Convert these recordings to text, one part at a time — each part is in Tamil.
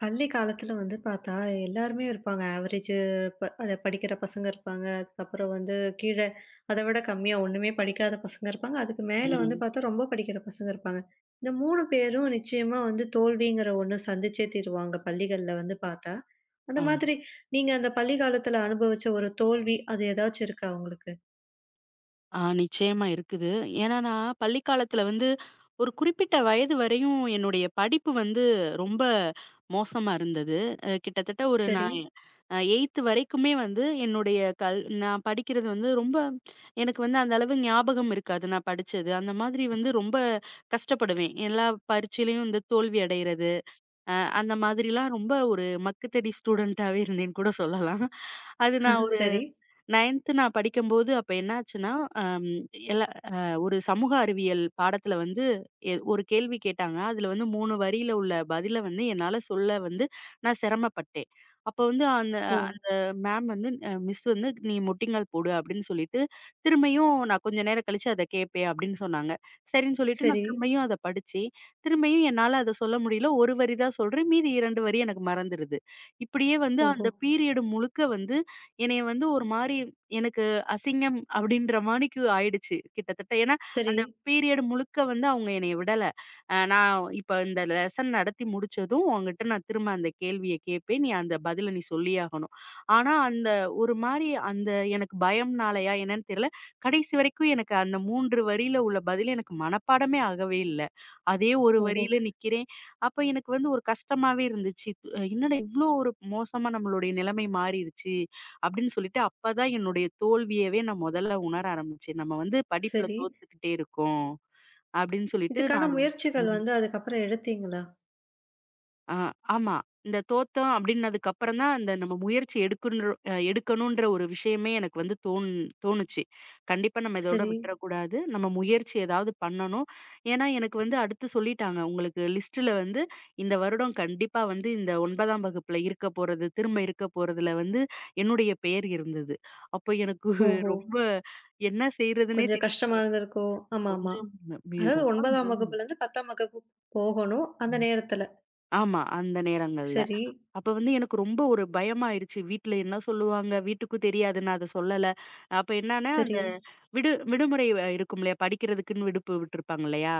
பள்ளி காலத்துல வந்து பார்த்தா, எல்லாருமே இருப்பாங்க. ஆவரேஜு ப படிக்கிற பசங்க இருப்பாங்க. அதுக்கப்புறம் வந்து கீழ அத விட கம்மியா ஒண்ணுமே படிக்காத பசங்க இருப்பாங்க. அதுக்கு மேல வந்து ம். பார்த்தா, ரொம்ப படிக்கிற பசங்க இருப்பாங்க. இந்த 3 பேரும் நிச்சயமா வந்து தோல்விங்கிற ஒண்ணு சந்திச்சே தீருவாங்க, பள்ளிகள்ல வந்து பார்த்தா. அந்த ஆமா. மாதிரி நீங்க அந்த பள்ளி காலத்துல அனுபவிச்ச ஒரு தோல்வி, அது ஏதாச்சும் இருக்கா உங்களுக்கு? நிச்சயமா இருக்குது. ஏன்னா நான் பள்ளி காலத்துல வந்து ஒரு குறிப்பிட்ட வயது வரையும் என்னுடைய படிப்பு வந்து ரொம்ப மோசமா இருந்தது. கிட்டத்தட்ட ஒரு சரி. நான் அ 8த் வரைக்குமே வந்து என்னுடைய நான் படிக்கிறது வந்து ரொம்ப எனக்கு வந்து அந்த அளவு ஞாபகம் இருக்காது நான் படிச்சது. அந்த மாதிரி வந்து ரொம்ப கஷ்டப்படுவேன். எல்லா பரீட்சையிலயும் வந்து தோல்வி அடையிறது, அ அந்த மாதிரிலாம் ரொம்ப ஒரு மக்குத்தடி ஸ்டூடண்ட்டாவே இருந்தேன்னு கூட சொல்லலாம். அது ஆ, நான் ஒரு சரி. 9த் நான் படிக்கும்போது அப்ப என்னாச்சுன்னா, அம், எல்ல ஒரு சமூக அறிவியல் பாடத்துல வந்து ஒரு கேள்வி கேட்டாங்க. அதுல வந்து 3 வரியில உள்ள பதில வந்து என்னால சொல்ல வந்து நான் சிரமப்பட்டேன். அப்ப வந்து அந்த ஓ! அந்த மேம் வந்து மிஸ் வந்து "நீ முட்டிங்கால் போடு" அப்படின்னு சொல்லிட்டு, திரும்பியும் நான் கொஞ்ச நேரம் கழிச்சு அத கேட்பேன் அப்படின்னு சொன்னாங்க. சரின்னு சொல்லிட்டு நான் சரி. திரும்பியும் அத படிச்சேன். திரும்பியும் என்னால அத சொல்ல முடியல. ஒரு வரி தான் சொல்றேன். மீதி 2 வரி எனக்கு மறந்துருது. இப்படியே வந்து ஓஹோ! அந்த பீரியடு முழுக்க வந்து என்னைய வந்து ஒரு மாரி எனக்கு அசிங்கம் அப்படின்ற மாணிக்கு ஆயிடுச்சு கிட்டத்தட்ட. ஏன்னா, சரி. அந்த பீரியட் முழுக்க வந்து அவங்க என்னைய விடல. நான் இப்ப இந்த லெசன் நடத்தி முடிச்சதும் உன்கிட்ட நான் திரும்ப அந்த கேள்விய கேட்பேன். நீ அந்த பதில நீ சொல்லியே ஆகணும். ஆனா, அந்த ஒரு மாரி அந்த எனக்கு பயம்னாலயா என்னன்னு தெரியல. கடைசி வரைக்கும் எனக்கு அந்த 3 வரியில உள்ள பதில் எனக்கு மனப்பாடமே ஆகவே இல்ல. அதே ஒரு ஓஹோ! வரியில நிக்கிறேன். அப்ப எனக்கு வந்து ஒரு கஷ்டமாவே இருந்துச்சு. என்னடா இவ்ளோ ஒரு மோசமா நம்மளுடைய நிலைமை மாறிருச்சு. அப்படின்னு சொல்லிட்டு அப்பதான் என்னுடைய தோல்வியவே நான் முதல்ல உணர ஆரம்பிச்சேன். நம்ம வந்து படிப்புல சரி. தோத்துக்கிட்டே இருக்கோம் அப்படின்னு சொல்லிட்டு இதுக்கான நான் முயற்சிகள் ம். வந்து அதுக்கப்புறம் எடுத்தீங்களா? ஆ, ஆமா. இந்த தோத்தோம் அப்டின்னதுக்கு அப்புறம் தான், அந்த நம்ம முயற்சி எடுக்குன்ற எடுக்கணுன்ற ஒரு விஷயமே எனக்கு வந்து தோணுச்சு. கண்டிப்பா நம்ம இதோட சரி. விட்டுறக்கூடாது. நம்ம முயற்சி ஏதாவது பண்ணணும். ஏன்னா, எனக்கு வந்து அடுத்து சொல்லிட்டாங்க. உங்களுக்கு லிஸ்ட்ல வந்து இந்த வருடம் கண்டிப்பா வந்து இந்த 9ஆம் வகுப்புல இருக்க போறது, திரும்ப இருக்க போறதுல வந்து என்னுடைய பெயர் இருந்தது. அப்போ எனக்கு ஓஹோ! ரொம்ப என்ன செய்றதுன்னே கொஞ்சம் கஷ்டமா தெரியல. இருந்திருக்கோ? ஆமாமா. கொஞ்சம் அதாவது ரொம்ப 9ஆம் மிகவும் வகுப்புலருந்து 10ஆம் வகுப்பு போகணும் அந்த நேரத்துல. ஆமா. அந்த நேரங்கள்ல. சரி, அப்ப வந்து எனக்கு ரொம்ப ஒரு பயமாயிருச்சு. வீட்ல என்ன சொல்லுவாங்க? வீட்டுக்கும் தெரியாது நான் அத சொல்லல. அப்ப என்னான்னா, சரி. அந்த விடுமுறை இருக்கும் இல்லையா? படிக்கிறதுக்குன்னு விடுப்பு விட்டுருப்பாங்க இல்லையா?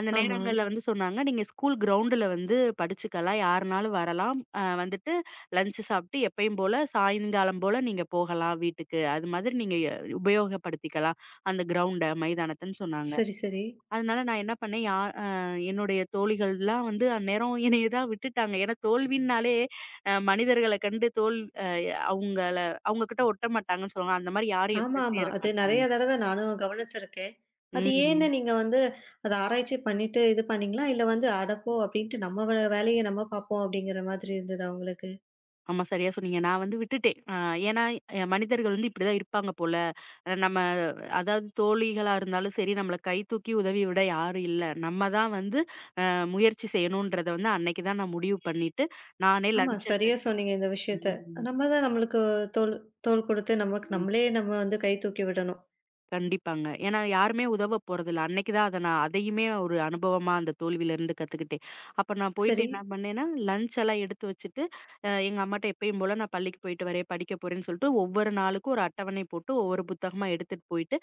அந்த ஆமா. நேரங்கள்ல வந்து சொன்னாங்க, "நீங்க ஸ்கூல் கிரவுண்டுல வந்து படிச்சுக்கலாம். யாருனாலும் வரலாம். வந்துட்டு லஞ்ச் சாப்பிட்டு எப்பயும் போல சாயங்காலம் போல நீங்க போகலாம் வீட்டுக்கு. அது மாதிரி நீங்க உபயோகப்படுத்திக்கலாம் அந்த கிரவுண்ட, மைதானத்தன்னு" சொன்னாங்க. சரி, சரி. அதனால நான் என்ன பண்ணேன், யா அ என்னுடைய தோழிகள்லாம் வந்து அந்நேரம் என்னைய தான் விட்டுட்டாங்க. ஏன்னா தோல்வின்னாலே மனிதர்கள கண்டு தோல் அ அவங்கள அவங்ககிட்ட ஒட்ட மாட்டாங்கன்னு சொல்லுவாங்க. அந்த மாரி யாரும் என் கூட ஆமாமா. சேர அது மாட்டாங்க. நெறைய தடவ நானும் கவனிச்சிருக்கேன். அது ஏன்னு ம். நீங்க வந்து அத ஆராய்ச்சி பண்ணிட்டு இது பண்ணீங்களா? இல்ல வந்து அட போ! அப்டின்ட்டு நம்ம வேலைய நம்ம பார்ப்போம் அப்டிங்கிற மாதிரி இருந்ததா உங்களுக்கு? ஆமா, சரியா சொன்னீங்க. நான் வந்து விட்டுட்டேன். ஏன்னா மனிதர்கள் வந்து இப்படிதான் இருப்பாங்க போல. நம்ம அதாவது தோழிகளா இருந்தாலும் சரி, நம்மள கை தூக்கி உதவி விட யாரும் இல்ல. நம்ம தான் வந்து முயற்சி செய்யணுன்றத வந்து அன்னைக்கு தான் நான் முடிவு பண்ணிட்டு, நானே ஆமா, லஞ்ச சரியா கட் சொன்னீங்க இந்த விஷயத்த. ம். நம்ம தான் நம்மளுக்கு தோள் தோள் குடுத்து நமக்கு ம். நம்மளே நம்ம வந்து கை தூக்கி விடணும். கண்டிப்பாங்க. ஏன்னா யாருமே உதவ போறதில்ல. அன்னைக்கு தான் அத நான் அதையுமே ஒரு அனுபவமா அந்த தோல்வியிலருந்து கத்துக்கிட்டேன். அப்ப நான் போயிட்டு சரி, என்ன பண்ணேன்னா, லஞ்ச் எல்லாம் எடுத்து வச்சுட்டு, எங்க அம்மாட்ட எப்பயும் போல நான் பள்ளிக்கு போயிட்டு வரேன், படிக்க போறேன்னு சொல்லிட்டு ஒவ்வொரு நாளுக்கும் ஒரு அட்டவணை போட்டு, ஒவ்வொரு புத்தகமா எடுத்துட்டு போயிட்டு,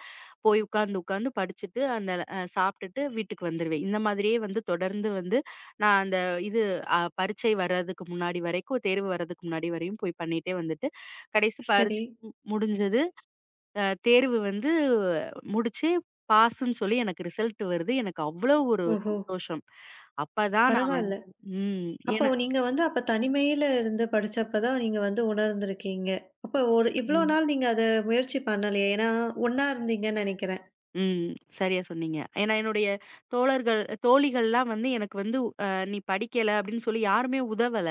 போய் உட்கார்ந்து உட்கார்ந்து படிச்சுட்டு, அந்த சாப்ட்டுட்டு வீட்டுக்கு வந்துருவேன். இந்த மாதிரியே வந்து தொடர்ந்து வந்து நான் அந்த இது பரீட்சை வர்றதுக்கு முன்னாடி வரைக்கும், தேர்வு வர்றதுக்கு முன்னாடி வரையும் போய் பண்ணிட்டே வந்துட்டு, கடைசி சரி. பரீட்சை முடிஞ்சது. தேர்வு வந்து முடிச்சு பாஸ்ன்னு சொல்லி எனக்கு ரிசல்ட் வருது. எனக்கு அவ்வளோ ஒரு ஓஹோ! சந்தோஷம். அப்பதான் நான் பரவால்ல. வந்து ம். அப்போ ஏன்னா நீங்க வந்து அப்ப தனிமையில இருந்து படிச்சப்ப தான் நீங்க வந்து உணர்ந்திருக்கீங்க. அப்போ ஒரு இவ்ளோ ம். நாள் நீங்க அத முயற்சி பண்ணலையே! ஏன்னா, ஒண்ணா இருந்தீங்கன்னு நெனைக்கிறேன். ம். சரியா சொன்னீங்க. ஏன்னா என்னுடைய தோழர்கள் தோழிகள்லாம் வந்து எனக்கு வந்து "நீ படிக்கல" அப்படின்னு சொல்லி யாருமே உதவல.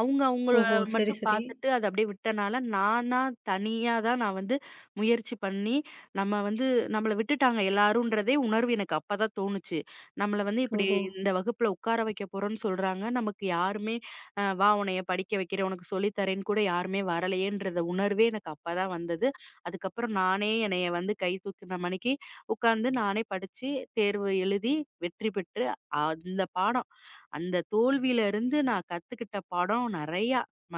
அவங்க அவங்கள ஓஹோ! சரி, மட்டும் சரி. பார்த்துட்டு அத அப்படியே விட்டனால, நானா தனியா தான் நான் வந்து முயற்சி பண்ணி, நம்ம வந்து நம்மள விட்டுட்டாங்க எல்லாரும்ன்றதே உணர்வு எனக்கு அப்பதான் தோணுச்சு. நம்மள வந்து இப்படி ஓஹோ! இந்த வகுப்புல உட்கார வைக்க போறோம்ன்னு சொல்றாங்க. நமக்கு யாருமே "வா உன்னைய படிக்க வைக்கிறேன், உனக்கு சொல்லி தரேன்னு" கூட யாருமே வரலையேன்றத உணர்வே எனக்கு அப்பதான் வந்தது. அதுக்கப்புறம் நானே என்னைய வந்து கை தூக்கின மணிக்கு உட்கார்ந்து நானே படிச்சு, தேர்வு எழுதி வெற்றி பெற்று, அந்த பாடம் அந்த தோல்வியில இருந்து நான் கத்துக்கிட்ட பாடம் நெறையா. ம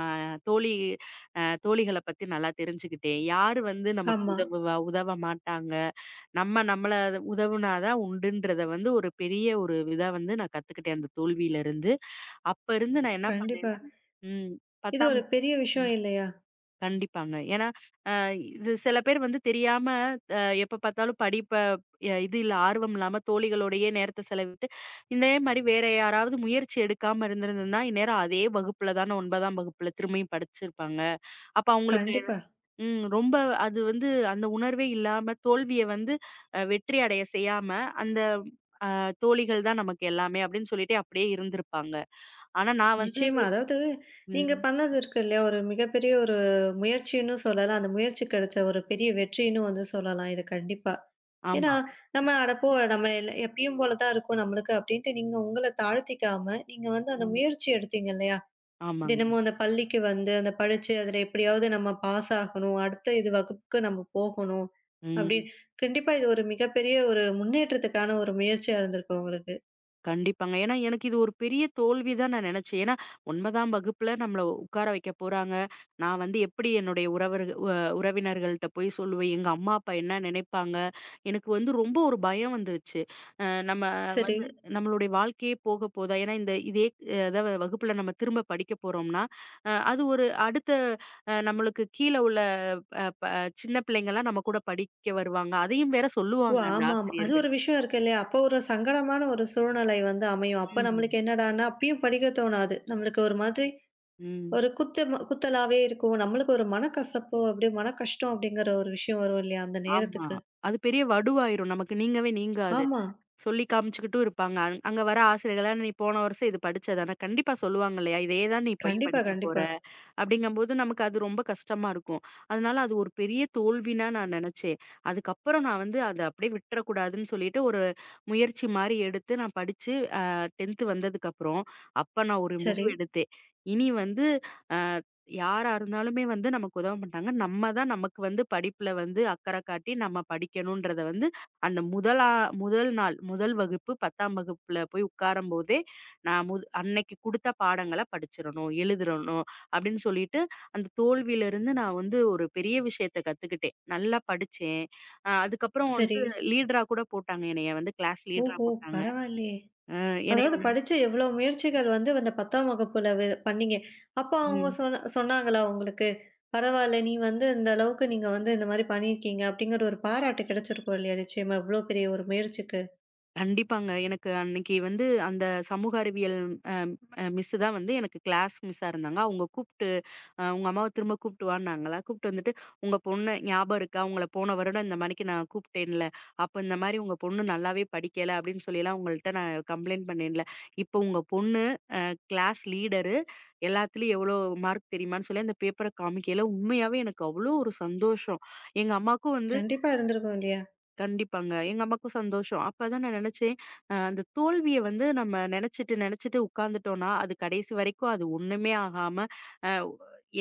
தோழி அ தோழிகள பத்தி நல்லா தெரிஞ்சுக்கிட்டேன். யாரு வந்து நமக்கு ஆமா. உதவுவா, உதவ மாட்டாங்க. நம்ம நம்மள உதவுனா தான் உண்டுன்றத வந்து ஒரு பெரிய ஒரு இதா வந்து நான் கத்துக்கிட்டேன் அந்த தோல்வியில இருந்து. அப்ப இருந்து நான் என்ன கண்டிப்பா. பண்ணேன்னா ம் இது 10ஆம் ஒரு பெரிய விஷயம் இல்லையா? கண்டிப்பாங்க. ஏன்னா, அ இது சில பேர் வந்து தெரியாம எப்ப பார்த்தாலும் படிப்ப எ இது இல்ல ஆர்வம் இல்லாம தோழிகளோடையே நேரத்த செலவிட்டு, இதே மாரி வேற யாராவது முயற்சி எடுக்காம இருந்திருந்ததுன்னா, இந்நேரம் அதே வகுப்புல தான 9ஆம் வகுப்புல திரும்பியும் படிச்சிருப்பாங்க. அப்ப அவங்களுக்கு கண்டிப்பா. ரொம்ப அது வந்து அந்த உணர்வே இல்லாம தோல்விய வந்து வெற்றி அடைய செய்யாம, அந்த அ தோழிகள் தான் நமக்கு எல்லாமே அப்படின்னு சொல்லிட்டு அப்படியே இருந்திருப்பாங்க. ஆனா நான் வந்து நிச்சயமா. அதாவது நீங்க ம். பண்ணது இருக்கு இல்லையா? ஒரு மிகப்பெரிய ஒரு முயற்சின்னு சொல்லலாம். அந்த முயற்சி கிடைச்ச ஒரு பெரிய வெற்றின்னு வந்து சொல்லலாம் இது கண்டிப்பா. ஏன்னா, ஆமா. நம்ம அட போ நம்ம எல் எப்பயும் போல தான் இருக்கும் நம்மளுக்கு அப்படின்ட்டு நீங்க உங்கள தாழ்த்திக்காம, நீங்க வந்து அந்த ம். முயற்சி எடுத்தீங்க இல்லையா? ஆமாங்க. தினமும் அந்த பள்ளிக்கு வந்து அந்த படிச்சு அதில எப்படியாவது நம்ம பாஸ் ஆகணும். அடுத்த இது வகுப்புக்கு நம்ம போகணும். அப்படி ம். கண்டிப்பா இது ஒரு மிகப்பெரிய ஒரு முன்னேற்றத்துக்கான ஒரு முயற்சியா இருந்திருக்கு உங்களுக்கு. கண்டிப்பாங்க. ஏன்னா, எனக்கு இது ஒரு பெரிய தோல்வி தான் நான் நெனச்சேன். ஏன்னா, 9ஆம் வகுப்புல நம்மள உட்கார வைக்க போறாங்க. நான் வந்து எப்படி என்னுடைய உறவர்கள் உ உறவினர்கள்ட்ட போய் சொல்லுவேன்? எங்க அம்மா, அப்பா என்ன நினைப்பாங்க? எனக்கு வந்து ரொம்ப ஒரு பயம் வந்துருச்சு. நம்ம சரி. வந்து நம்மளுடைய வாழ்க்கையே போக போதா? ஏன்னா, இந்த இதே அதான் வகுப்புல நம்ம திரும்ப படிக்க போறோம்னா, அது ஒரு அடுத்த நம்மளுக்கு கீழ உள்ள அ ப சின்ன பிள்ளைங்கலாம் நம்ம கூட படிக்க வருவாங்க. அதையும் வேற ஓ! சொல்லுவாங்க அந்த ஆமாமா. அது ஆசிரியர்கள். ஒரு விஷயம் இருக்கு இல்லையா? அப்போ ஒரு சங்கடமான ஒரு சூழ்நிலை வந்து அமையும். அப்ப ம். நம்மளுக்கு என்னடான்னா, அப்பயும் படிக்க தோணாது. நம்மளுக்கு ஒரு மாதிரி ம். ஒரு குத்தலாவே இருக்கும். நம்மளுக்கு ஒரு மனக்கசப்பு, அப்படியே மன கஷ்டம் அப்படிங்கிற ஒரு விஷயம் வரும் இல்லையா? அந்த ஆமா. நேரத்துக்கு. அது பெரிய வடுவாயிரும். நமக்கு நீங்கவே நீங்காது. ஆமா. சொல்லி காமிச்சுக்கிட்டும் இருப்பாங்க. அங்க வர ஆசிரியர்கள்லாம் "நீ போன வருஷம் இது படிச்சதான?" கண்டிப்பா சொல்லுவாங்க இல்லையா? "இதே தான் நீ இப்பயும் கண்டிப்பா, படிக்க போற." கண்டிப்பா. அப்படிங்கம்போது நமக்கு அது ரொம்ப கஷ்டமா இருக்கும். அதனால அது ஒரு பெரிய தோல்வின்னா நான் நெனச்சேன். அதுக்கப்புறம் நான் வந்து அத அப்படியே விட்டுறக்கூடாதுன்னு சொல்லிட்டு ஒரு முயற்சி மாரி எடுத்து நான் படிச்சு 10த் வந்ததுக்கப்புறம், அப்ப நான் ஒரு சரி, முடிவு எடுத்தேன். இனி வந்து அ யாரா இருந்தாலுமே வந்து நமக்கு உதவ மாட்டாங்க. நம்ம தான் நமக்கு வந்து படிப்புல வந்து அக்கறை காட்டி நம்ம படிக்கணுன்றத வந்து அந்த முதலா முதல் நாள், முதல் வகுப்பு 10ஆம் வகுப்புல போய் உட்காரும்போதே, நான் முத் அன்னைக்கு குடுத்த பாடங்கள படிச்சிரணும், எழுதிரணும் அப்படின்னு சொல்லிட்டு, அந்த தோல்வியிலிருந்து நான் வந்து ஒரு பெரிய விஷயத்த கத்துக்கிட்டேன். நல்லா படிச்சேன். அதுக்கப்புறம் சரி. வந்து லீடரா கூட போட்டாங்க என்னைய வந்து கிளாஸ் லீடரா ஓஹோ! போட்டாங்க. பரவாயில்லையே! என்னைய அதாவது வந்து படிச்சு எவ்ளோ முயற்சிகள் வந்து அந்த 10ஆம் வகுப்புல பண்ணீங்க. அப்ப அவங்க ம். சொன்னாங்களா உங்களுக்கு? பரவால்ல நீ வந்து இந்த அளவுக்கு நீங்க வந்து இந்த மாரி பண்ணியிருக்கீங்க அப்படிங்கிற ஒரு பாராட்டு கிடைச்சிருக்கும் இல்லையா? நிச்சயமா இவ்ளோ பெரிய ஒரு முயற்சிக்கு. கண்டிப்பாங்க. எனக்கு அன்னைக்கு வந்து அந்த சமூக அறிவியல் அ அ மிஸ் தான் வந்து எனக்கு கிளாஸ் மிஸ்ஸா இருந்தாங்க. அவங்க கூப்ட்டு "உங்க அம்மாவ திரும்ப கூப்ட்டு வான்னாங்களா?" கூப்ட்டு வந்துட்டு, "உங்க பொண்ணு ஞாபகம் இருக்கா? உங்கள போன வருடம் இந்த மாணிக்கு நான் கூப்ட்டேன்ல. அப்ப இந்த மாரி உங்க பொண்ணு நல்லாவே படிக்கல" அப்படின்னு சொல்லிலாம் உங்கள்ட்ட நான் கம்ப்ளைண்ட் பண்ணேன்ல. இப்போ உங்க பொண்ணு கிளாஸ் லீடரு. எல்லாத்துலயும் எவ்வளோ மார்க் தெரியுமான்னு சொல்லி அந்த பேப்பர காமிக்கையில உண்மையாவே எனக்கு அவ்ளோ ஒரு சந்தோஷம். எங்க அம்மாவுக்கும் வந்து கண்டிப்பா இருந்திருக்கும் இல்லையா? கண்டிப்பாங்க. எங்க அம்மாக்கும் சந்தோஷம். அப்பதான் நான் நெனச்சேன், அந்த தோல்விய வந்து நம்ம நெனச்சுட்டு, நெனச்சுட்டு உட்கார்ந்துட்டோம்னா, அது கடைசி வரைக்கும் அது ஒண்ணுமே ஆகாம, அ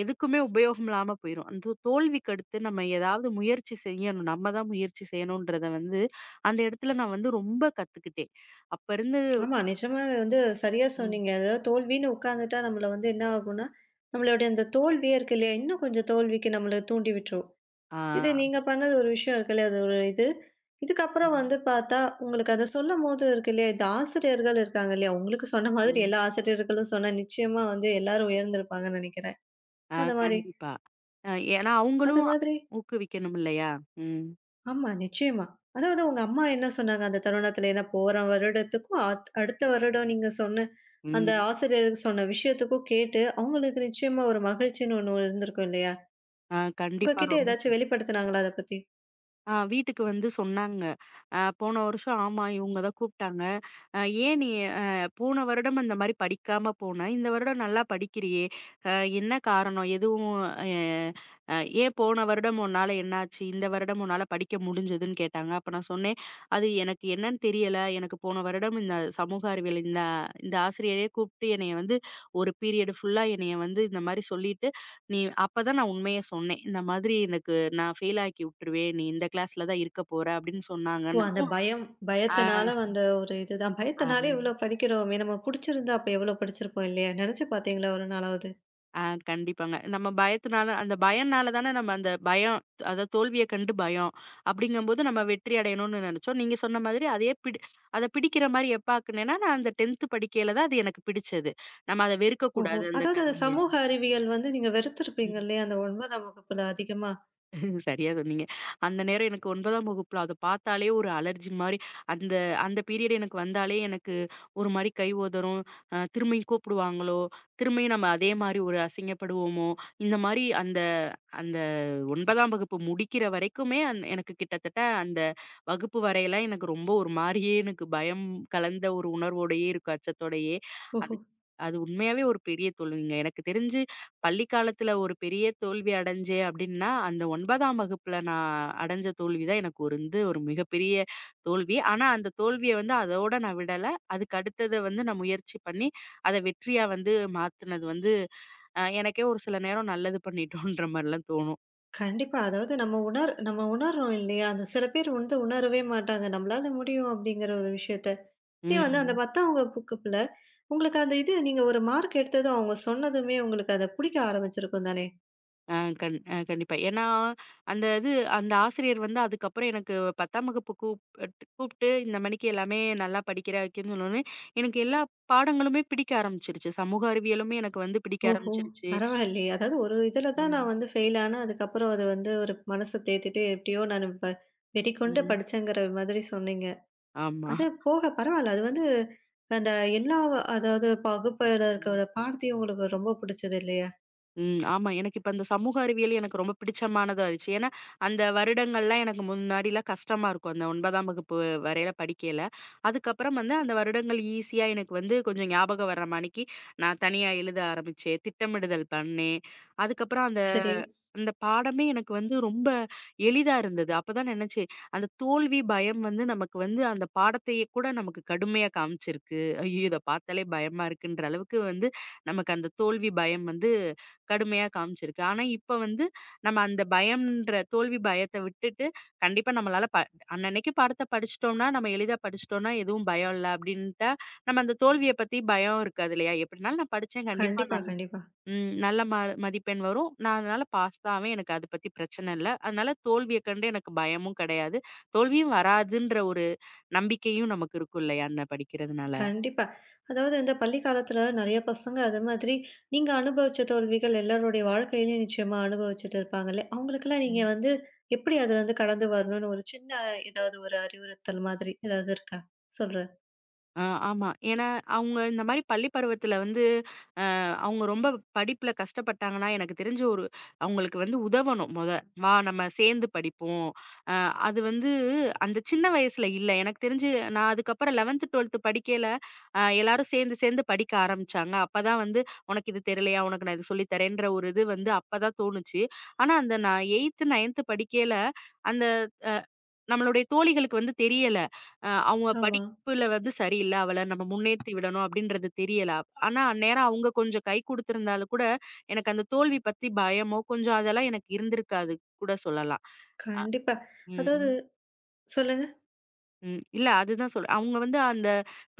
எதுக்குமே உபயோகம் இல்லாம போயிரும். அந்த தோல்விக்கு அடுத்து நம்ம ஏதாவது முயற்சி செய்யணும். நம்ம தான் முயற்சி செய்யணுன்றத வந்து, அந்த இடத்துல நான் வந்து ரொம்ப கத்துக்கிட்டேன். அப்ப இருந்து ஆமா நிஜமா வந்து சரியா ம். சொன்னீங்க. அதாவது தோல்வின்னு உட்கார்ந்துட்டா நம்மள வந்து என்ன ஆகும்னா, நம்மளுடைய அந்த தோல்வியே இருக்கு இல்லையா? இன்னும் கொஞ்சம் தோல்விக்கு நம்மள தூண்டி விட்டுரும். ஆ. இது நீங்க பண்ணது ஒரு விஷயம் இருக்கு இல்லையா? அது ஒரு இது. இதுக்கப்புறம் ம். வந்து பார்த்தா, உங்களுக்கு அத சொல்லும்போது இருக்கு இல்லையா? இந்த ஆசிரியர்கள் இருக்காங்க இல்லையா? உங்களுக்கு சொன்ன மாதிரி ம். எல்லா ஆசிரியர்களும் சொன்னா, நிச்சயமா வந்து எல்லாரும் உயர்ந்திருப்பாங்கன்னு நெனைக்கிறேன். ஆ அந்த மாரி. கண்டிப்பா. அ ஏன்னா அது அவங்களும் மாதிரி ஊக்குவிக்கணும் இல்லையா? ம். ஆமா, நிச்சயமா. அதாவது உங்க அம்மா என்ன சொன்னாங்க அந்த தருணத்துல? ஏன்னா போற வருடத்துக்கும், அடுத்த வருடம் நீங்க சொன்ன அந்த ம். ஆசிரியருக்கு சொன்ன விஷயத்துக்கும் கேட்டு, அவங்களுக்கு நிச்சயமா ஒரு மகிழ்ச்சின்னு ஒண்ணு இருந்திருக்கும் இல்லையா? ஆ கண்டிப்பா. உங்ககிட்ட ஏதாச்சும் வெளிப்படுத்துனாங்களா அத பத்தி? ஆ வீட்டுக்கு வந்து சொன்னாங்க. போன வருஷம் ஆமா இவங்க தான் கூப்ட்டாங்க. அ "ஏன் நீ அ போன வருடம் அந்த மாரி படிக்காம போன, இந்த வருடம் நல்லா படிக்கிறியே! அ என்ன காரணம்? எதுவும் அ அ ஏன் போன வருடம் உன்னால என்னாச்சு? இந்த வருடம் உன்னால படிக்க முடிஞ்சதுன்னு?" கேட்டாங்க. அப்ப நான் சொன்னேன், "அது எனக்கு என்னன்னு தெரியல. எனக்கு போன வருடம் இந்த சமூக அறிவியல் இந்த இந்த ஆசிரியரே கூப்ட்டு என்னைய வந்து ஒரு பீரியடு ஃபுல்லா என்னைய வந்து இந்த மாரி சொல்லிட்டு நீ அப்பதான் நான் உண்மைய சொன்னேன். இந்த மாதிரி எனக்கு நான் ஃபெயில் ஆக்கி விட்டுருவேன். நீ இந்த கிளாஸ்ல தான் இருக்க போற அப்படின்னு ஓ! அந்த சொன்னாங்கன்னதும், பயம். ஆ, பயத்தினால வந்த ஒரு இதுதான். ஆ, பயத்தினாலே இவ்வளோ படிக்கிறோமே! நம்ம புடிச்சிருந்தா அப்ப எவ்வளோ படிச்சிருப்போம் இல்லையா? நினைச்சு பார்த்தீங்களா ஒரு நாளாவது? ஆ கண்டிப்பாங்க. நம்ம பயத்தினால அந்த பயம்னால தானே நம்ம அந்த பயம் அதாவது தோல்விய கண்டு பயம். அப்படிங்கும்போது நம்ம வெற்றி அடையணும்னு நினைச்சோம். நீங்க சொன்ன மாதிரி அதே அத பிடிக்கிற மாரி எப்ப ஆக்குனேன்னா, நான் அந்த 10த் படிக்கையில தான் அது எனக்கு பிடிச்சது. நம்ம அத ஓஹோ! வெறுக்கக்கூடாது அந்த அதாவது அந்த கல்விய. சமூக அறிவியல் வந்து நீங்க வெறுத்திருப்பீங்க ம். இல்லையா? அந்த 9ஆம் வகுப்புல அதிகமா. சரியா சொன்னீங்க. அந்த நேரம் எனக்கு 9ஆம் வகுப்புல அத பார்த்தாலே ஒரு அலர்ஜி மாரி, அந்த அந்த பீரியட் எனக்கு வந்தாலே எனக்கு ஒரு மாரி கை உதறும். திரும்பியும் கூப்பிடுவாங்களோ? திரும்பியும் நம்ம அதே மாரி ஒரு அசிங்கப்படுவோமோ? இந்த மாரி அந்த அந்த 9ஆம் வகுப்பு முடிக்கிற வரைக்குமே, எனக்கு கிட்டத்தட்ட அந்த வகுப்பு வரையலாம் எனக்கு ரொம்ப ஒரு மாரியே எனக்கு பயம் கலந்த ஒரு உணர்வோடையே இருக்கும், அச்சத்தோடையே. அது ஓஹோ! அது உண்மையாவே ஒரு பெரிய தோல்விங்க. எனக்கு தெரிஞ்சு பள்ளி காலத்துல ஒரு பெரிய தோல்வி அடைஞ்சேன் அப்டின்னா, அந்த 9ஆம் வகுப்புல நான் அடைஞ்ச தோல்வி தான் எனக்கு ஒரு வந்து ஒரு மிகப்பெரிய தோல்வி. ஆனா அந்த தோல்விய வந்து அதோட நான் விடல. அதுக்கு அடுத்தத வந்து நான் முயற்சி பண்ணி, அத வெற்றியா வந்து மாத்துனது வந்து எனக்கே ஒரு சில நேரம் நல்லது பண்ணிட்டோன்ற மாரிலாம் தோணும். கண்டிப்பா. அதாவது நம்ம நம்ம உணர்றோம் இல்லையா? அந்த சில பேர் வந்து உணரவே மாட்டாங்க. நம்மளால முடியும் அப்படிங்கிற ஒரு விஷயத்த. இதே வந்து அந்த ம். 10ஆம் வகுப்புல உங்களுக்கு அந்த இது நீங்க ஒரு மார்க் எடுத்ததும் அவங்க சொன்னதுமே உங்களுக்கு அத புடிக்க ஆரம்பிச்சிருக்கும் தானே! ஆ கண் அ கண்டிப்பா. ஏன்னா, அந்த இது அந்த ஆசிரியர் வந்து அதுக்கப்புறம் எனக்கு 10ஆம் வகுப்பு கூப்ட்டு இந்த மணிக்கு எல்லாமே நல்லா படிக்கிற வைக்கன்னு சொன்னோனே, எனக்கு எல்லா பாடங்களுமே பிடிக்க ஆரம்பிச்சுருச்சு. சமூக அறிவியலுமே எனக்கு வந்து பிடிக்க ஓஹோ! ஆரம்பிச்சுருச்சு. பரவாயில்லையே. அதாவது ஒரு இதுல தான் நான் ம், வந்து ஃபெயில் ஆனேன். அதுக்கப்புறம் அது வந்து ஒரு மனச தேத்திட்டு எப்படியோ நான் இப்ப வெறிகொண்டு ம். படிச்சேங்கிற மாதிரி சொன்னீங்க. ஆமா. அது போக பரவால்ல. அது வந்து அந்த எல்லா அதாவது வகுப்புல ம். இருக்கிற பாடத்தையும் உங்களுக்கு ரொம்ப பிடிச்சது இல்லையா? ம். ஆமா. எனக்கு இப்ப அந்த சமூக அறிவியல் எனக்கு ரொம்ப பிடிச்சமானதா ஆயிடுச்சு. ஏன்னா, அந்த வருடங்கள்லாம் எனக்கு முன்னாடிலாம் கஷ்டமா இருக்கும். அந்த 9ஆம் வகுப்பு வரையில படிக்கையில. அதுக்கப்புறம் வந்து அந்த வருடங்கள் ஈஸியா எனக்கு வந்து கொஞ்சம் ஞாபகம் வர்ற மாணிக்கு, நான் தனியா எழுத ஆரம்பிச்சேன். திட்டமிடுதல் பண்ணேன். அதுக்கப்புறம் அந்த சரி. அந்த பாடமே எனக்கு வந்து ரொம்ப எளிதா இருந்தது. அப்பதான் நெனச்சேன், அந்த தோல்வி பயம் வந்து நமக்கு வந்து அந்த பாடத்தையே கூட நமக்கு கடுமையா காமிச்சிருக்கு. ஐயோ! இத பார்த்தாலே பயமா இருக்குன்ற அளவுக்கு வந்து நமக்கு அந்த தோல்வி பயம் வந்து கடுமையா காமிச்சிருக்கு. ஆனா, இப்ப வந்து நம்ம அந்த பயம்ன்ற தோல்வி பயத்த விட்டுட்டு, கண்டிப்பா நம்மளால ப அன்னன்னைக்கு பாடத்த படிச்சுட்டோம்னா, நம்ம எளிதா படிச்சுட்டோம்னா எதுவும் பயம் இல்ல அப்டின்ட்டா, நம்ம அந்த தோல்விய பத்தி பயம் இருக்காது இல்லையா? எப்டினாலும் நான் படிச்சேன் கண்டிப்பா கண்டிப்பா, கண்டிப்பா. ம். நல்ல மதிப்பெண் வரும். நான் அதனால பாஸ் தான் ஆவேன். எனக்கு அத பத்தி பிரச்சனை இல்ல. அதனால தோல்விய கண்டு எனக்கு பயமும் கிடையாது. தோல்வியும் வராதுன்ற ஒரு நம்பிக்கையும் நமக்கு இருக்கும் இல்லையா? அந்த படிக்கிறதுனால. கண்டிப்பா. அதாவது இந்த பள்ளி காலத்துல நெறைய பசங்க அது மாதிரி, நீங்க அனுபவிச்ச தோல்விகள் எல்லாருடைய வாழ்க்கையிலயும் நிச்சயமா அனுபவிச்சுட்டு இருப்பாங்கல்ல. அவங்களுக்கெல்லாம் நீங்க ம். வந்து எப்படி அதுலருந்து கடந்து வரணும்னு ஒரு சின்ன ஏதாவது ஒரு அறிவுறுத்தல் மாதிரி ஏதாவது இருக்கா? சொல்றேன். அ ஆமா. ஏன்னா, அவங்க இந்த மாரி பள்ளி பருவத்தில வந்து அவங்க ரொம்ப படிப்புல கஷ்டப்பட்டாங்கன்னா, எனக்கு தெரிஞ்சு ஒரு அவங்களுக்கு வந்து உதவணும் மொத. வா நம்ம சேர்ந்து படிப்போம். அ அது வந்து அந்த சின்ன வயசுல இல்ல. எனக்கு தெரிஞ்சு நான் அதுக்கப்புறம் 11த், 12த் படிக்கையில எல்லாரும் சேர்ந்து சேர்ந்து படிக்க ஆரம்பிச்சாங்க. அப்பதான் வந்து உனக்கு இது தெரியலையா? உனக்கு நான் இது சொல்லி தரேன்ற ஒரு இது வந்து அப்பதான் தோணுச்சு. ஆனா அந்த நான் 8த், 9த் படிக்கையில அந்த அ நம்மளுடைய தோழிகளுக்கு வந்து தெரியல. அ அவங்க படி ஆமா. நட்புல வந்து சரியில்ல. அவள நம்ம முன்னேத்தி விடணும் அப்டின்றது தெரியல. ஆனா, அந்நேரம் அவங்க கொஞ்சம் கை குடுத்திருந்தாலும் கூட, எனக்கு அந்த தோல்வி பத்தி பயமோ, கொஞ்சம் அதெல்லாம் எனக்கு இருந்திருக்காது கூட சொல்லலாம். அ கண்டிப்பா. ம். அதாவது சொல்லுங்க. ம். இல்ல அதுதான் சொல்றேன். அவங்க வந்து அந்த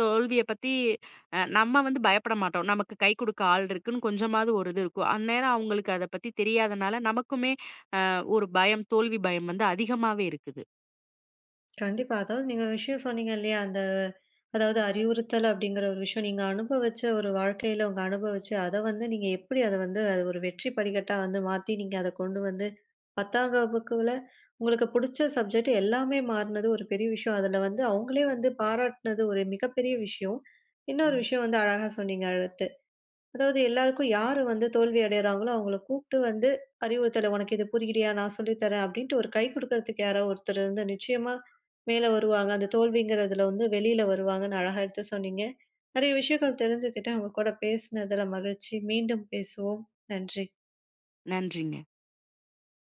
தோல்விய பத்தி நம்ம வந்து பயப்பட மாட்டோம். நமக்கு கை குடுக்க ஆள் இருக்குன்னு கொஞ்சமாவது ஒரு இது இருக்கும். அந்நேரம் அவங்களுக்கு அத பத்தி தெரியாதனால, நமக்குமே ஒரு பயம், தோல்வி பயம் வந்து அதிகமாவே இருக்குது. கண்டிப்பா. அதாவது நீங்க விஷயம் சொன்னீங்க இல்லையா? அதாவது அறிவுறுத்தல் அப்படிங்கிற ஒரு விஷயம் நீங்க அனுபவிச்ச ஒரு வாழ்க்கையில உங்க அனுபவிச்சு அத வந்து நீங்க எப்படி அத வந்து அது ஒரு வெற்றி படிக்கட்டா வந்து மாத்தி நீங்க அத கொண்டு வந்து 10ஆம் வகுப்புல உங்களுக்கு புடிச்ச சப்ஜெக்ட் எல்லாமே மாறுனது ஒரு பெரிய விஷயம். அதுல வந்து அவங்களே வந்து பாராட்டுனது ஒரு மிகப்பெரிய விஷயம். இன்னொரு ம். விஷயம் வந்து அழகா சொன்னீங்க. அதாவது எல்லாருக்கும் ம். யாரு வந்து தோல்வி அடையறாங்களோ, அவங்கள கூப்ட்டு வந்து அறிவுறுத்தல, "உனக்கு இது புரியலையா? நான் சொல்லி தரேன்" அப்படின்ட்டு ஒரு கை குடுக்கறதுக்கு யாரோ ஒருத்தர் வந்து நிச்சயமா மேல வருவாங்க. அந்த தோல்விங்கிறதுல வந்து வெளில வருவாங்கன்னு அழகா எடுத்து சொன்னீங்க. நெறைய விஷயங்கள் தெரிஞ்சுக்கிட்டேன். உங்க கூட பேசுனதுல மகிழ்ச்சி. மீண்டும் பேசுவோம். நன்றி. நன்றிங்க.